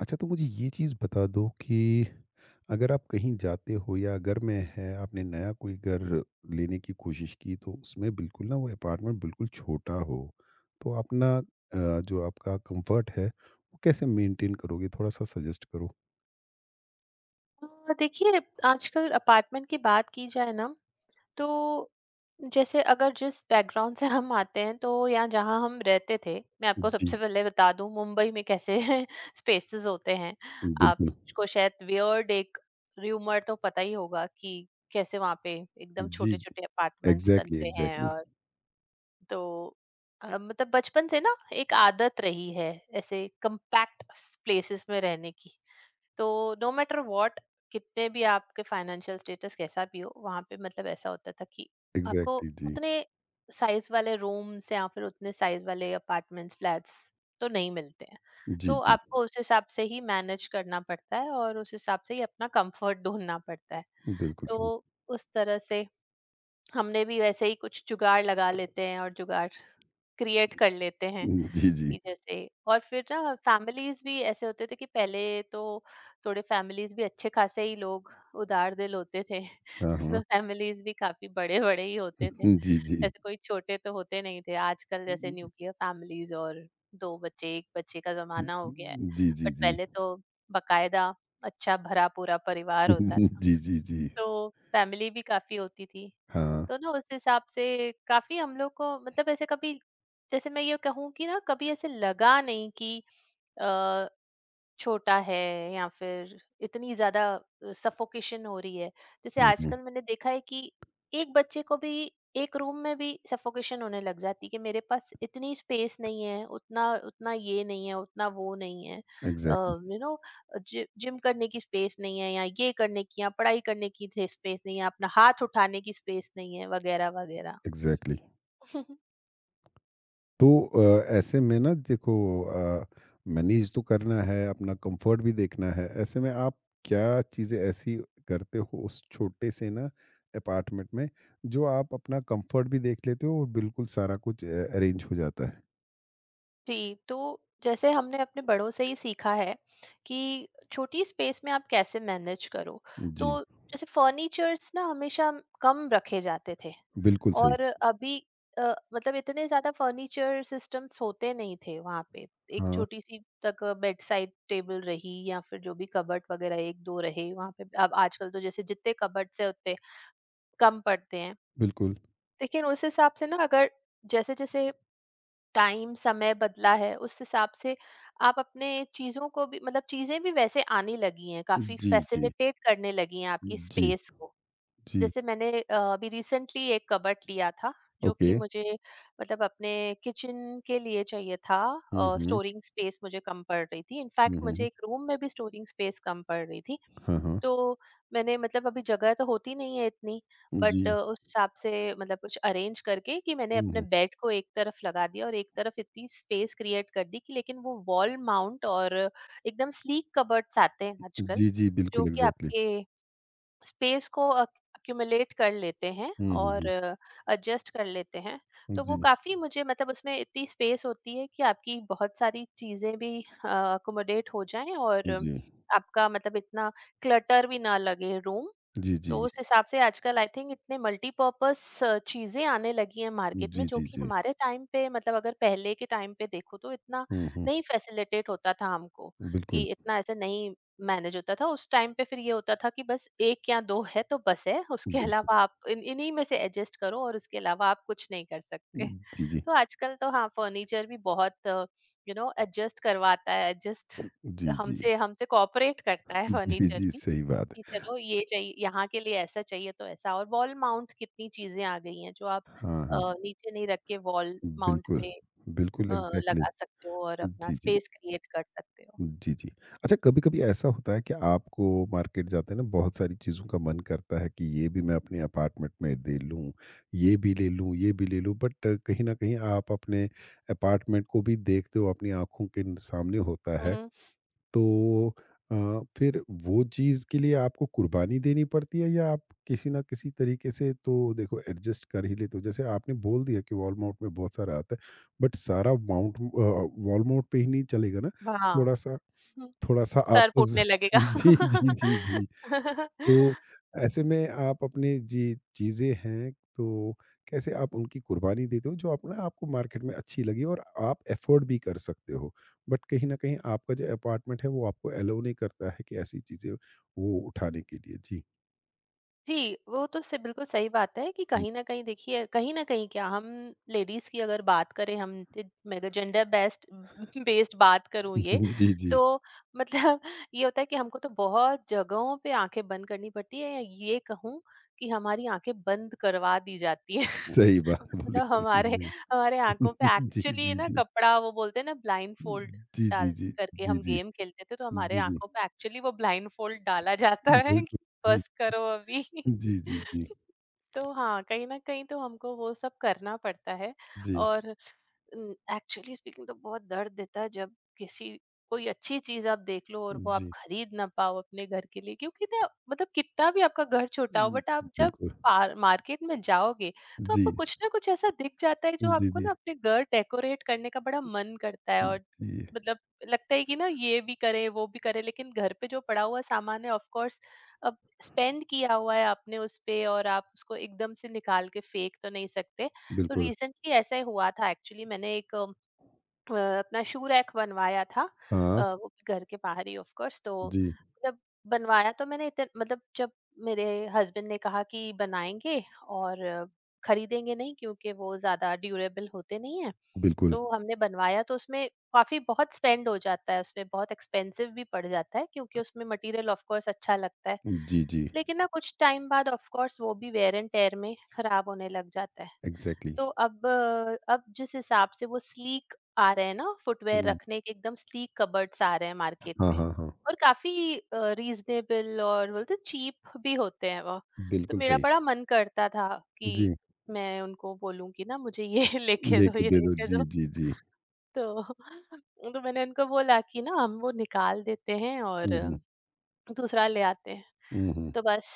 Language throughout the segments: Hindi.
अच्छा तो मुझे ये चीज़ बता दो कि अगर आप कहीं जाते हो या घर में है, आपने नया कोई घर लेने की कोशिश की तो उसमें बिल्कुल ना, वो अपार्टमेंट बिल्कुल छोटा हो तो अपना जो आपका कंफर्ट है वो कैसे मेंटेन करोगे, थोड़ा सा सजेस्ट करो। देखिए, आजकल अपार्टमेंट की बात की जाए ना, तो जैसे अगर जिस बैकग्राउंड से हम आते हैं तो यहाँ जहाँ हम रहते थे, मैं आपको सबसे जी। पहले बता दूं मुंबई में कैसे स्पेसेस होते हैं। बिल्कुल। आपको शायद वियर्ड एक र्यूमर तो पता ही होगा कि कैसे वहाँ पे एकदम जी। छोटे छोटे अपार्टमेंट्स एग्जैक्टली, बनते हैं। एग्जैक्टली, और तो मतलब बचपन से ना एक आदत रही है ऐसे कंपैक्ट प्लेसेस में रहने की। तो नो मैटर व्हाट, कितने भी आपके फाइनेंशियल स्टेटस कैसा भी हो वहां पे मतलब ऐसा होता था कि आपको एग्जैक्टली। जी, उतने साइज वाले रूम्स या फिर उतने साइज वाले अपार्टमेंट्स फ्लैट्स तो नहीं मिलते हैं। जी, तो जी। आपको उस हिसाब से ही मैनेज करना पड़ता है और उस हिसाब से ही अपना कंफर्ट ढूंढना पड़ता है। बिल्कुल तो सही। उस तरह से हमने भी वैसे ही कुछ जुगाड़ लगा लेते हैं और जुगाड़ क्रिएट कर लेते हैं जी, जी। कि जैसे, और फिर ना फैमिलीज भी ऐसे होते थे कि पहले तो थोड़े फैमिलीज भी अच्छे खासे ही लोग उदार दिल होते थे हाँ, हाँ। तो फैमिलीज भी काफी बड़े बड़े ही होते थे, जी, जी, ऐसे कोई छोटे तो होते नहीं थे आजकल जैसे न्यूक्लियर फैमिलीज, और दो बच्चे एक बच्चे का जमाना हो गया है। जी, जी, जी, बट जी। पहले तो बकायदा अच्छा भरा पूरा परिवार होता था, जी, जी, जी। तो फैमिली भी काफ़ी होती थी। हाँ। तो ना उस हिसाब से काफ़ी हम लोग को मतलब ऐसे कभी जैसे मैं ये कहूँ कि ना कभी ऐसे लगा नहीं कि अ, छोटा है या फिर इतनी ज्यादा सफोकेशन हो रही है। जैसे हुँ, हुँ। आजकल मैंने देखा है कि एक बच्चे को भी एक रूम में भी सफोकेशन होने लग जाती है कि मेरे पास इतनी स्पेस नहीं है, उतना उतना ये नहीं है, उतना वो नहीं है, एग्ज़ैक्टली, जिम करने की स्पेस नहीं है, या ये करने की या पढ़ाई करने की स्पेस नहीं है, अपना हाथ उठाने की स्पेस नहीं है, वगैरह वगैरह एग्ज़ैक्टली। तो ऐसे में ना देखो, अ, मैनेज तो करना है, अपना कम्फ़र्ट भी देखना है। ऐसे में आप क्या चीज़ें ऐसी करते हो उस छोटे से ना अपार्टमेंट में, जो आप अपना कम्फ़र्ट भी देख लेते हो और बिल्कुल सारा कुछ अरेंज हो जाता है? जी, तो जैसे हमने अपने बड़ों से ही सीखा है कि छोटी स्पेस में आप कैसे मैनेज करो। जी, तो जैसे फर्नीचर्स ना हमेशा कम रखे जाते थे, बिल्कुल सही। और अभी अ, मतलब इतने ज्यादा फर्नीचर सिस्टम्स होते नहीं थे वहां पे। एक हाँ, छोटी सी तक बेड साइड टेबल रही या फिर जो भी कबर्ट वगैरह एक दो रहे वहां पे, अब आजकल तो जैसे जितने कबर्ड से उतने कम पड़ते हैं। बिल्कुल। लेकिन उस हिसाब से ना, अगर जैसे जैसे टाइम समय बदला है उस हिसाब से आप अपने चीजों को भी मतलब चीजें भी वैसे आने लगी हैं, काफी जी, जी। फैसिलिटेट करने लगी हैं आपकी जी, स्पेस को। जी। जैसे मैंने अभी रिसेंटली एक कबर्ट लिया था जो ओके। कि मुझे मतलब अपने किचन के लिए चाहिए हुँ, था। हुँ। स्टोरिंग स्पेस मुझे कम पड़ रही थी, इनफैक्ट हुँ, हुँ, मुझे हुँ। एक रूम में भी स्टोरिंग स्पेस कम पड़ रही थी। हाँ, हाँ। तो मैंने मतलब अभी जगह तो होती नहीं है इतनी, बट जी। उस हिसाब से मतलब कुछ अरेंज करके कि मैंने हुँ, अपने हुँ। बेड को एक तरफ लगा दिया और एक तरफ इतनी स्पेस क्रिएट कर दी कि, लेकिन वो वॉल माउंट और एकदम स्लीक कबर्ड्स आते हैं आजकल जी, जी, जो बिल्कुल कि एग्ज़ैक्टली। आपके स्पेस को अक्यूमुलेट कर लेते हैं हुँ, हुँ, और हुँ। एडजस्ट कर लेते हैं। तो वो जी। काफी मुझे मतलब उसमें इतनी स्पेस होती है कि आपकी बहुत सारी चीजें भी अकोमोडेट हो जाएं, और जी। आपका मतलब इतना क्लटर भी ना लगे रूम। जी, जी। तो उस हिसाब से आजकल आई थिंक इतने मल्टीपर्पस चीजें आने लगी हैं मार्केट में, जी, जो जी, कि जी। हमारे टाइम पे मतलब अगर पहले के टाइम पे देखो तो इतना हुँ, हुँ। नहीं फैसिलिटेट होता था हमको, कि बिल्कुल, इतना ऐसे नहीं मैनेज होता था उस टाइम पे। फिर ये होता था कि बस एक या दो है तो बस है, उसके बिल्कुल। अलावा आप इन इन्हीं में से एडजस्ट करो और उसके अलावा आप कुछ नहीं कर सकते जी, जी। तो आजकल तो हाँ, फर्नीचर भी बहुत एडजस्ट करवाता है, एडजस्ट जी, जी। हमसे हमसे कोऑपरेट करता है जी, फर्नीचर जी, भी, सही बात कि है। चलो ये चाहिए यहाँ के लिए, ऐसा चाहिए तो ऐसा। और वॉल माउंट कितनी चीजें आ गई हैं जो आप हाँ, अ, हाँ। नीचे नहीं रख के वॉल माउंट बिल्कुल, पे बिल्कुल अ, एग्ज़ैक्टली। लगा सकते हो और अपना जी, जी। स्पेस क्रिएट कर सकते हो। जी, जी। अच्छा, कभी-कभी ऐसा होता है कि आपको मार्केट जाते हैं ना, बहुत सारी चीज़ों का मन करता है कि ये भी मैं अपने अपार्टमेंट में दे लूँ, ये भी ले लूँ, ये भी ले लूँ, बट कहीं न कहीं आप अपने अपार्टमेंट को भी देखते हो, अपनी आँखों के सामने होता है। हम्म। तो अ, फिर वो चीज़ के लिए आपको कुर्बानी देनी पड़ती है, या आप किसी ना किसी तरीके से तो देखो एडजस्ट कर ही लेते हो। जैसे आपने बोल दिया कि वॉलमार्ट में बहुत सारा आता है, बट सारा माउंट वॉलमार्ट पे ही नहीं चलेगा ना। हाँ। थोड़ा सा, हम्म, थोड़ा सा सर आपको फूटने लगेगा जी, जी, जी, जी। हम्म। तो ऐसे में आप अपनी जी चीज़ें हैं, तो कैसे आप उनकी कुर्बानी देते हो, जो आप ना, आपको मार्केट में अच्छी लगी और आप अफ़ोर्ड भी कर सकते हो, बट कहीं न कहीं आपका जो अपार्टमेंट है वो आपको एलाउ नहीं करता है कि ऐसी चीज़ें वो उठाने के लिए। जी। जी, वो तो स बिल्कुल सही बात है कि कहीं न कहीं देखिए, कहीं न कहीं क्या हम लेडीज़ की अगर बात करें, हम ज मैं अगर जेंडर बेस्ट बेस्ड बात करूँ ये, जी, जी। तो मतलब ये होता है कि हमको तो बहुत जगहों पे आँखें बंद करनी पड़ती है, या ये कहूँ कि हमारी आँखें बंद करवा दी जाती हैं। सही बात बोली। मतलब हमारे जी। हमारे आँखों पे जी, एक्चुअली जी, ना, जी। कपड़ा वो बोलते हैं ना ब्लाइंडफोल्ड, जी, जी, डाल जी। करके जी, हम जी। गेम खेलते थे, तो हमारे जी, आँखों पे एक्चुअली वो ब्लाइंडफोल्ड डाला जाता जी। है कि बिल्कुल। बस जी। करो अभी जी, जी, तो हाँ, कहीं न कहीं तो हमको वो सब करना पड़ता है, जी। जी, और एक्चुअली स्पीकिंग तो बहुत दर्द देता है जब किसी कोई अच्छी चीज़ आप देख लो और वो आप जी। खरीद ना पाओ अपने घर के लिए, क्योंकि ना मतलब कितना भी आपका घर छोटा हो उम, बट आप जब बिल्कुल। पार मार्केट में जाओगे, तो जी। आपको कुछ ना कुछ ऐसा दिख जाता है जो जी, आपको जी। ना अपने घर डेकोरेट करने का बड़ा मन करता है, और जी। मतलब लगता है कि ना ये भी करें, वो भी करें, लेकिन घर पे जो पड़ा हुआ सामान है ऑफ कोर्स अब स्पेंड किया हुआ है आपने उस पे, और आप उसको एकदम से निकाल के फेंक तो नहीं सकते। तो बिल्कुल, रिसेंटली ऐसा ही हुआ था, एक्चुअली मैंने एक अपना शू रैक बनवाया था, हाँ, वो भी घर के बाहर ही ऑफ कोर्स, तो जी, मतलब बनवाया, तो मैंने मतलब जब मेरे हस्बैंड ने कहा कि बनाएंगे, और खरीदेंगे नहीं क्योंकि वो ज्यादा ड्यूरेबल होते नहीं है। बिल्कुल, तो हमने बनवाया, तो उसमें काफी बहुत स्पेंड हो जाता है, उसमें बहुत एक्सपेंसिव भी पड़ जाता है क्योंकि उसमें मटेरियल ऑफ कोर्स अच्छा लगता है, जी, जी, लेकिन ना कुछ टाइम बाद ऑफ कोर्स वो भी वेयर एंड टेयर में खराब होने लग जाता है। एग्ज़ैक्टली। तो अब जिस हिसाब से वो स्लीक आ रहे हैं ना, फुटवेयर हुँ, रखने के एकदम स्लीक कबर्ड्स आ रहे हैं मार्केट हाँ, में, हाँ, हाँ, और काफी रीजनेबल और बोलते चीप भी होते हैं वो। तो बिल्कुल मेरा सही। बड़ा मन करता था कि जी, मैं उनको बोलूं कि ना मुझे ये लेके दो, लेके ये दे दो, लेके जी, दो। जी, जी। तो तो मैंने उनको बोला कि ना हम वो निकाल देते हैं हुँ, और हुँ, दूसरा ले आते हैं। हुँ, हुँ। तो बस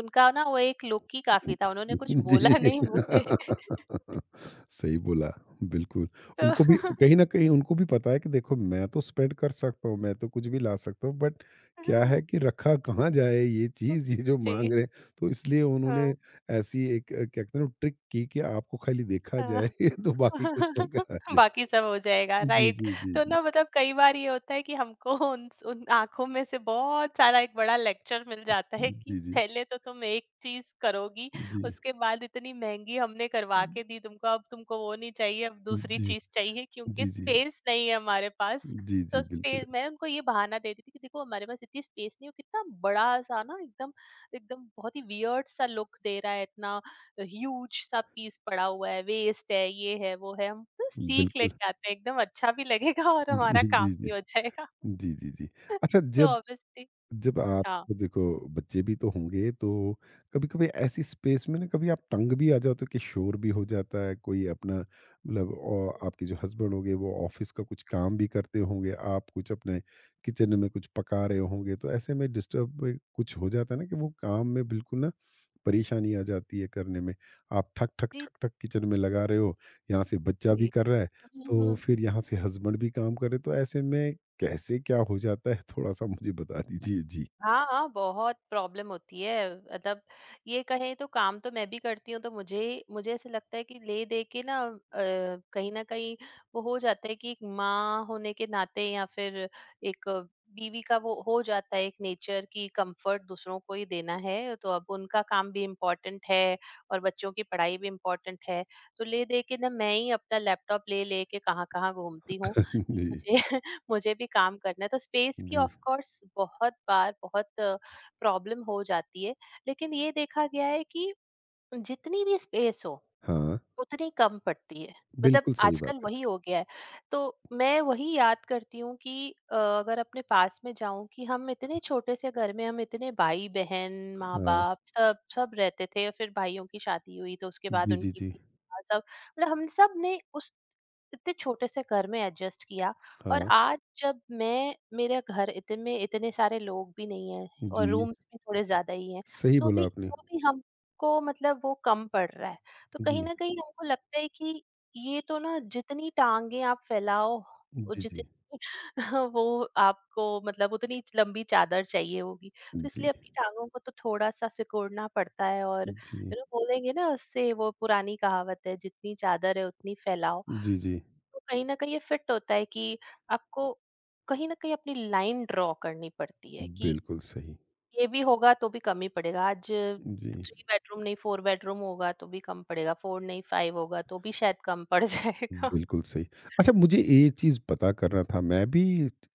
उनका ना वो एक लुक ही काफी था, उन्होंने कुछ जी। बोला नहीं मुझे सही बोला, बिल्कुल। तो उनको भी कहीं न कहीं, उनको भी पता है कि देखो मैं तो स्पेंड कर सकता हूँ, मैं तो कुछ भी ला सकता हूँ, बट क्या है कि रखा कहाँ जाए ये हुँ, चीज़, ये जो जी। माँग रहे हैं। तो इसलिए हाँ, उन्होंने ऐसी एक क्या कहते हैं ना, ट्रिक की कि आपको खाली देखा जाए, हाँ। तो बाकी कुछ ना कहा जाए। बाकी सब हो जाएगा, जी, राइट। जी, जी, तो जी। ना मतलब कई बार ये होता है कि हमको उन आँखों में से बहुत सारा एक बड़ा लेक्चर मिल जाता है कि जी, जी। पहले तो तुम एक चीज़ करोगी, जी। उसके बाद इतनी महँगी हमने करवा के दी तुमको, अब तुमको वो नहीं चाहिए, अब दूसरी जी, चीज़ चाहिए क्योंकि जी, जी। स्पेस नहीं है हमारे पास। जी, जी, तो स्पे बिल्कुल, मैं उनको ये बहाना देती थी कि देखो हमारे पास इतनी स्पेस नहीं है, वो कितना बड़ा-सा ना एकदम एकदम बहुत ही वियर्ड सा लुक दे रहा है, इतना ह्यूज सा पीस पड़ा हुआ है, वेस्ट है, ये है, वो है, हम बस ठीक बिल्कुल। लेके आते हैं, एकदम अच्छा भी लगेगा और जी, हमारा जी, काम जी। भी हो जाएगा। जी, जी, जी। अच्छा, तो जब ऑब्वियसली। जब आप हाँ। देखो, बच्चे भी तो होंगे तो कभी-कभी ऐसी स्पेस में ना, कभी आप तंग भी आ जाते हो कि शोर भी हो जाता है, कोई अपना मतलब आपके जो हस्बैंड होंगे वो ऑफिस का कुछ काम भी करते होंगे, आप कुछ अपने किचन में कुछ पका रहे होंगे, तो ऐसे में डिस्टर्ब कुछ हो जाता है ना कि वो काम में बिल्कुल ना, परेशानी आ जाती है करने में। आप ठक ठक जी, ठक ठक किचन में लगा रहे हो, यहाँ से बच्चा भी जी। कर रहा है, तो फिर यहाँ से हस्बैंड भी काम कर रहे, तो ऐसे में कैसे क्या हो जाता है, थोड़ा सा मुझे बता दीजिए जी। हाँ, हाँ, बहुत प्रॉब्लम होती है। मतलब ये कहें तो काम तो मैं भी करती हूँ, तो मुझे मुझे ऐसे लगता है कि ले-दे के ना कहीं न कहीं वो हो जाता है कि एक माँ होने के नाते या फिर एक बीवी का वो हो जाता है एक नेचर, कि कम्फ़र्ट दूसरों को ही देना है, तो अब उनका काम भी इम्पोर्टेंट है और बच्चों की पढ़ाई भी इम्पोर्टेंट है। तो ले-दे के ना मैं ही अपना लैपटॉप ले-ले के कहाँ-कहाँ घूमती हूँ कि जी, मुझे, भी काम करना है, तो स्पेस की जी। ऑफ कोर्स बहुत बार बहुत प्रॉब्लम हो जाती है। लेकिन ये देखा गया है कि जितनी भी स्पेस हो हाँ, उतनी कम पड़ती है। मतलब बिल्कुल सही बात आजकल वही है। हो गया है। तो मैं वही याद करती हूँ कि अगर अपने पास में जाऊँ कि हम इतने छोटे से घर में, हम इतने भाई-बहन, हाँ, माँ-बाप सब सब रहते थे, और फिर भाइयों की शादी हुई तो उसके बाद जी, जी, उनकी जी। भी सब, मतलब हम सब ने उस इतने छोटे से घर में एडजस्ट किया। और हाँ, आज जब मैं, मेरा घर, इतने में इतने सारे लोग भी नहीं हैं और जी, रूम्स भी थोड़े ज़्यादा ही हैं, सही तो बोला भी आपने। तो भी हमको मतलब वो कम पड़ रहा है। तो कहीं जी, न कहीं हमको लगता है कि ये तो ना जितनी टाँगे आप फैलाओ और जी, जी, जितनी वो, आपको मतलब उतनी लंबी चादर चाहिए होगी। तो जी, इसलिए अपनी टाँगों को तो थोड़ा-सा सिकुड़ना पड़ता है, और जी, बोलेंगे ना उससे, वो पुरानी कहावत है, जितनी चादर है उतनी फैलाओ। जी, जी, तो कहीं न कहीं ये फिट होता है कि आपको कहीं न कहीं अपनी लाइन ड्रा करनी पड़ती है, कि बिल्कुल सही। ये भी होगा तो भी कम ही पड़ेगा। आज जी। 3 बेडरूम नहीं 4 बेडरूम होगा तो भी कम पड़ेगा, 4 नहीं 5 होगा तो भी शायद कम पड़ जाएगा। बिल्कुल सही। अच्छा, मुझे ये चीज़ पता करना था, मैं भी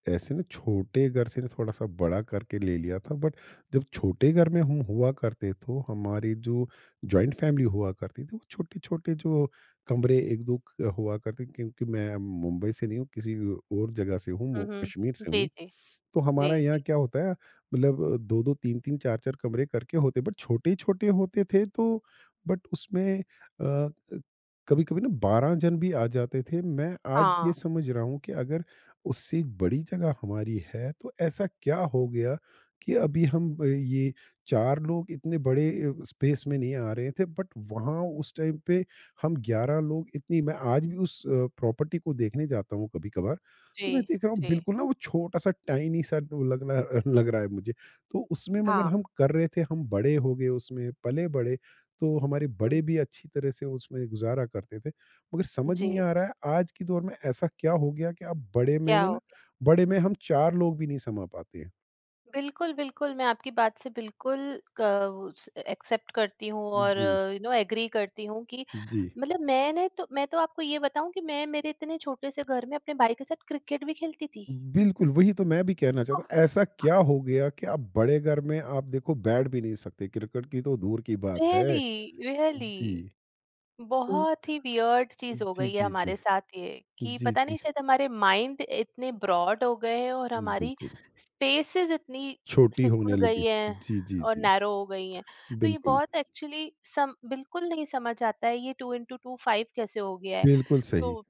ऐसे ना, छोटे घर से ना थोड़ा-सा बड़ा करके ले लिया था, बट जब छोटे घर में हम हुआ करते तो हमारी जो जॉइंट फैमिली हुआ करती थी, वो छोटे-छोटे जो कमरे 1-2 क हुआ करते, क्योंकि मैं मुंबई से नहीं हूँ, किसी और जगह से हूँ, हुँ, मु हुँ। कश्मीर से जी, हूँ। जी। तो हमारा जी, यहाँ जी। क्या होता है, मतलब 2-2, 3-3, 4-4 कमरे करके होते, बट छोटे-छोटे होते थे, तो बट उसमें कभी-कभी ना 12 जन भी आ जाते थे। मैं आज ये हाँ। समझ रहा हूँ कि अगर उससे बड़ी जगह हमारी है तो ऐसा क्या हो गया कि अभी हम ये 4 लोग इतने बड़े स्पेस में नहीं आ रहे थे, बट वहाँ उस टाइम पे हम 11 लोग इतनी मैं आज भी उस प्रॉपर्टी को देखने जाता हूँ कभी-कभार, तो जी, मैं देख रहा हूँ जी। बिल्कुल ना वो छोटा-सा, टाइनी सा वो लग रहा है मुझे। तो उसमें मगर हाँ। हम कर रहे थे, हम बड़े हो गए उसमें, पले बड़े, तो हमारे बड़े हुँ, भी अच्छी तरह से उसमें गुज़ारा करते थे। मगर समझ जी। नहीं आ रहा है आज के दौर में ऐसा क्या हो गया कि अब बड़े में क्या में हो ना गया? बड़े में हम 4 लोग भी नहीं समा पाते हैं। बिल्कुल, बिल्कुल मैं आपकी बात से बिल्कुल क उस एक्सेप्ट करती हूँ, और जी, एग्री करती हूँ कि जी। मतलब, मैं तो आपको ये बताऊँ कि मैं मेरे इतने छोटे से घर में अपने भाई के साथ क्रिकेट भी खेलती थी। बिल्कुल, वही तो मैं भी कहना चाहता ओह! हूँ। ऐसा क्या हो गया कि अब बड़े घर में आप देखो बैठ भी नहीं सकते, क्रिकेट की तो दूर की बात रियली, है। रियली। जी, तो बहुत ही वियर्ड चीज हो जी, गई है जी, जी। हमारे साथ ये कि जी, पता जी। नहीं, शायद हमारे माइंड इतने ब्रॉड हो गए हैं और हमारी बिल्कुल, स्पेसेस इतनी छोटी होने सिकुड़ गई लगी। हैं जी, जी, और जी। नैरो हो गई हैं, तो ये बिल्कुल, बहुत एक्चुअली सम बिल्कुल नहीं समझ आता है ये टू इंटू टू फाइव कैसे हो गया है। बिल्कुल सही। तो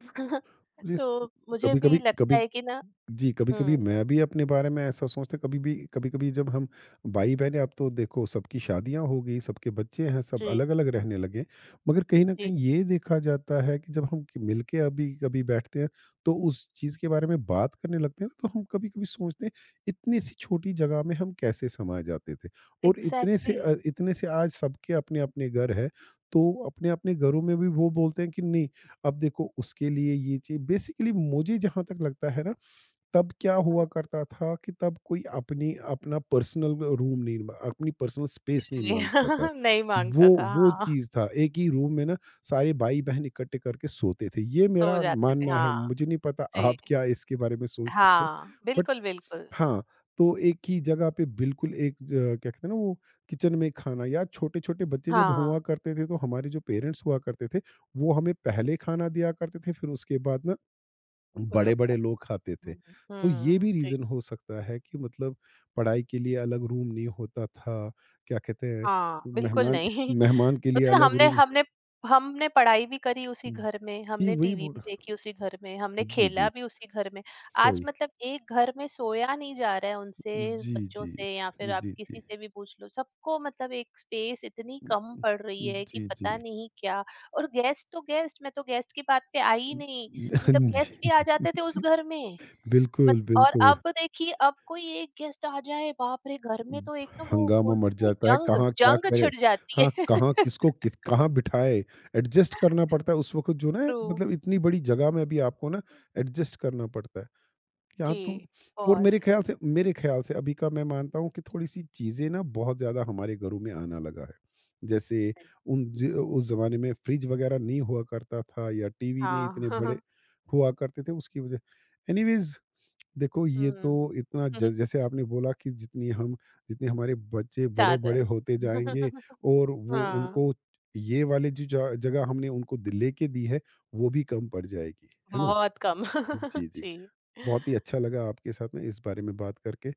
जिस तो मुझे भी कभी-कभी लगता कभी है कि ना। जी, हम्म। कभी-कभी मैं भी अपने बारे में ऐसा सोचता, कभी भी कभी-कभी जब हम भाई-बहन, अब तो देखो सबकी शादियाँ हो गई, सबके बच्चे हैं, सब जी। अलग-अलग रहने लगे। मगर कहीं न जी। कहीं ये देखा जाता है कि जब हम मिलके अभी कभी बैठते हैं, तो उस चीज़ के बारे में बात करने लगते हैं ना, तो हम कभी-कभी सोचते हैं, इतनी सी छोटी जगह में हम कैसे समा जाते थे? और इतने से एग्जैक्टली। इतने से आज सबके अपने-अपने घर हैं, तो अपने-अपने घरों में भी वो बोलते हैं कि नहीं, अब देखो उसके लिए ये चाहिए। बेसिकली मुझे जहाँ तक लगता है ना, तब क्या हुआ करता था कि तब कोई अपनी पर्सनल स्पेस नहीं माँगता था। नहीं वो मांगता था, वो हाँ। चीज़ था, एक ही रूम में ना सारे भाई-बहन इकट्ठे करके सोते थे। ये सो मेरा जाते थे, मानना है, हाँ। मुझे नहीं पता जी। आप क्या इसके बारे में सोच सकते हो? हाँ, बट बिल्कुल, बिल्कुल। हाँ, तो एक ही जगह पे बिल्कुल एक ज क्या कहते हैं ना, वो किचन में खाना, या छोटे-छोटे बच्चे जब हाँ, हुआ करते थे, तो हमारे जो पेरेंट्स हुआ करते थे, वो हमें पहले खाना दिया करते थे, फिर उसके बाद ना वो लोग बड़े-बड़े खाते। लोग खाते थे। हुँ, हुँ। तो ये हुँ। भी जी। रीज़न हो सकता है कि मतलब पढ़ाई के लिए अलग रूम नहीं होता था, क्या कहते हैं, हाँ, बिल्कुल मेहमान नहीं मेहमान के लिए मतलब अलग हमने, रूम। हमने पढ़ाई भी करी उसी हुँ, घर में, जी, हमने वही टीवी बोल भी रहा, देखी उसी घर में, हमने जी, खेला जी, भी उसी घर में। आज सही। मतलब एक घर में सोया नहीं जा रहा है उनसे, जी, बच्चों जी। से या फिर आप जी, जी। किसी से भी पूछ लो, सबको मतलब एक स्पेस इतनी कम पड़ रही है कि जी, जी। पता नहीं क्या। और गेस्ट तो गेस्ट, मैं तो गेस्ट की बात पे आई ही नहीं, मतलब गेस्ट भी जी, आ जाते थे उस जी। घर में। मत बिल्कुल, और बिल्कुल। अब देखिए अब कोई एक गेस्ट आ जाए, बाप रे! घर में तो एक ना वो हंगामा बोलते मच हैं ना, एक जाता है, जंग कहाँ क्या जंग करे, छिड़ जाती हाँ, है। कहाँ किसको किस कहाँ बिठाए, एडजस्ट करना पड़ता है उस वक़्त। जो ना ट्रू। मतलब इतनी बड़ी जगह में भी आपको ना एडजस्ट करना पड़ता है। यहाँ तो, जी, और बहुत मेरे ख़्याल से अभी का मैं मानता हूँ कि थोड़ी-सी चीज़ें ना बहुत ज़्यादा हमारे घरों में आना लगा है। जैसे है। उन ज उस ज़माने में फ्रिज वग़ैरह नहीं हुआ करता था, या टीवी नहीं हाँ। इतने बड़े हुआ करते थे, उसकी वज़ह, एनीवेज़, देखो ये तो हुँ। इतना ज जैसे आपने बोला कि जितनी हम जितने हमारे बच्चे चादर। बड़े-बड़े होते जाएँगे, और वो हाँ, उनको ये वाली जो ज जगह हमने उनको द लेके दी है, वो भी कम पड़ जाएगी, है ना? बहुत कम। जी, जी। जी। बहुत ही अच्छा लगा आपके साथ में इस बारे में बात करके।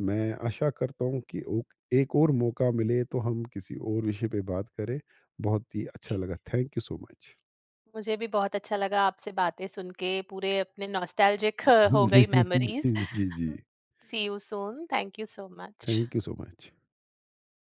मैं आशा करता हूँ कि ओक एक और मौका मिले तो हम किसी और विषय पे बात करें। बहुत ही अच्छा जी। लगा। Thank you so much. मुझे भी बहुत अच्छा लगा आपसे बातें सुन के, पूरे अपने नॉस्टैल्जिक हो जी, गई मेमोरीज़। जी, जी, जी। See you soon. Thank you so much. Thank you so much.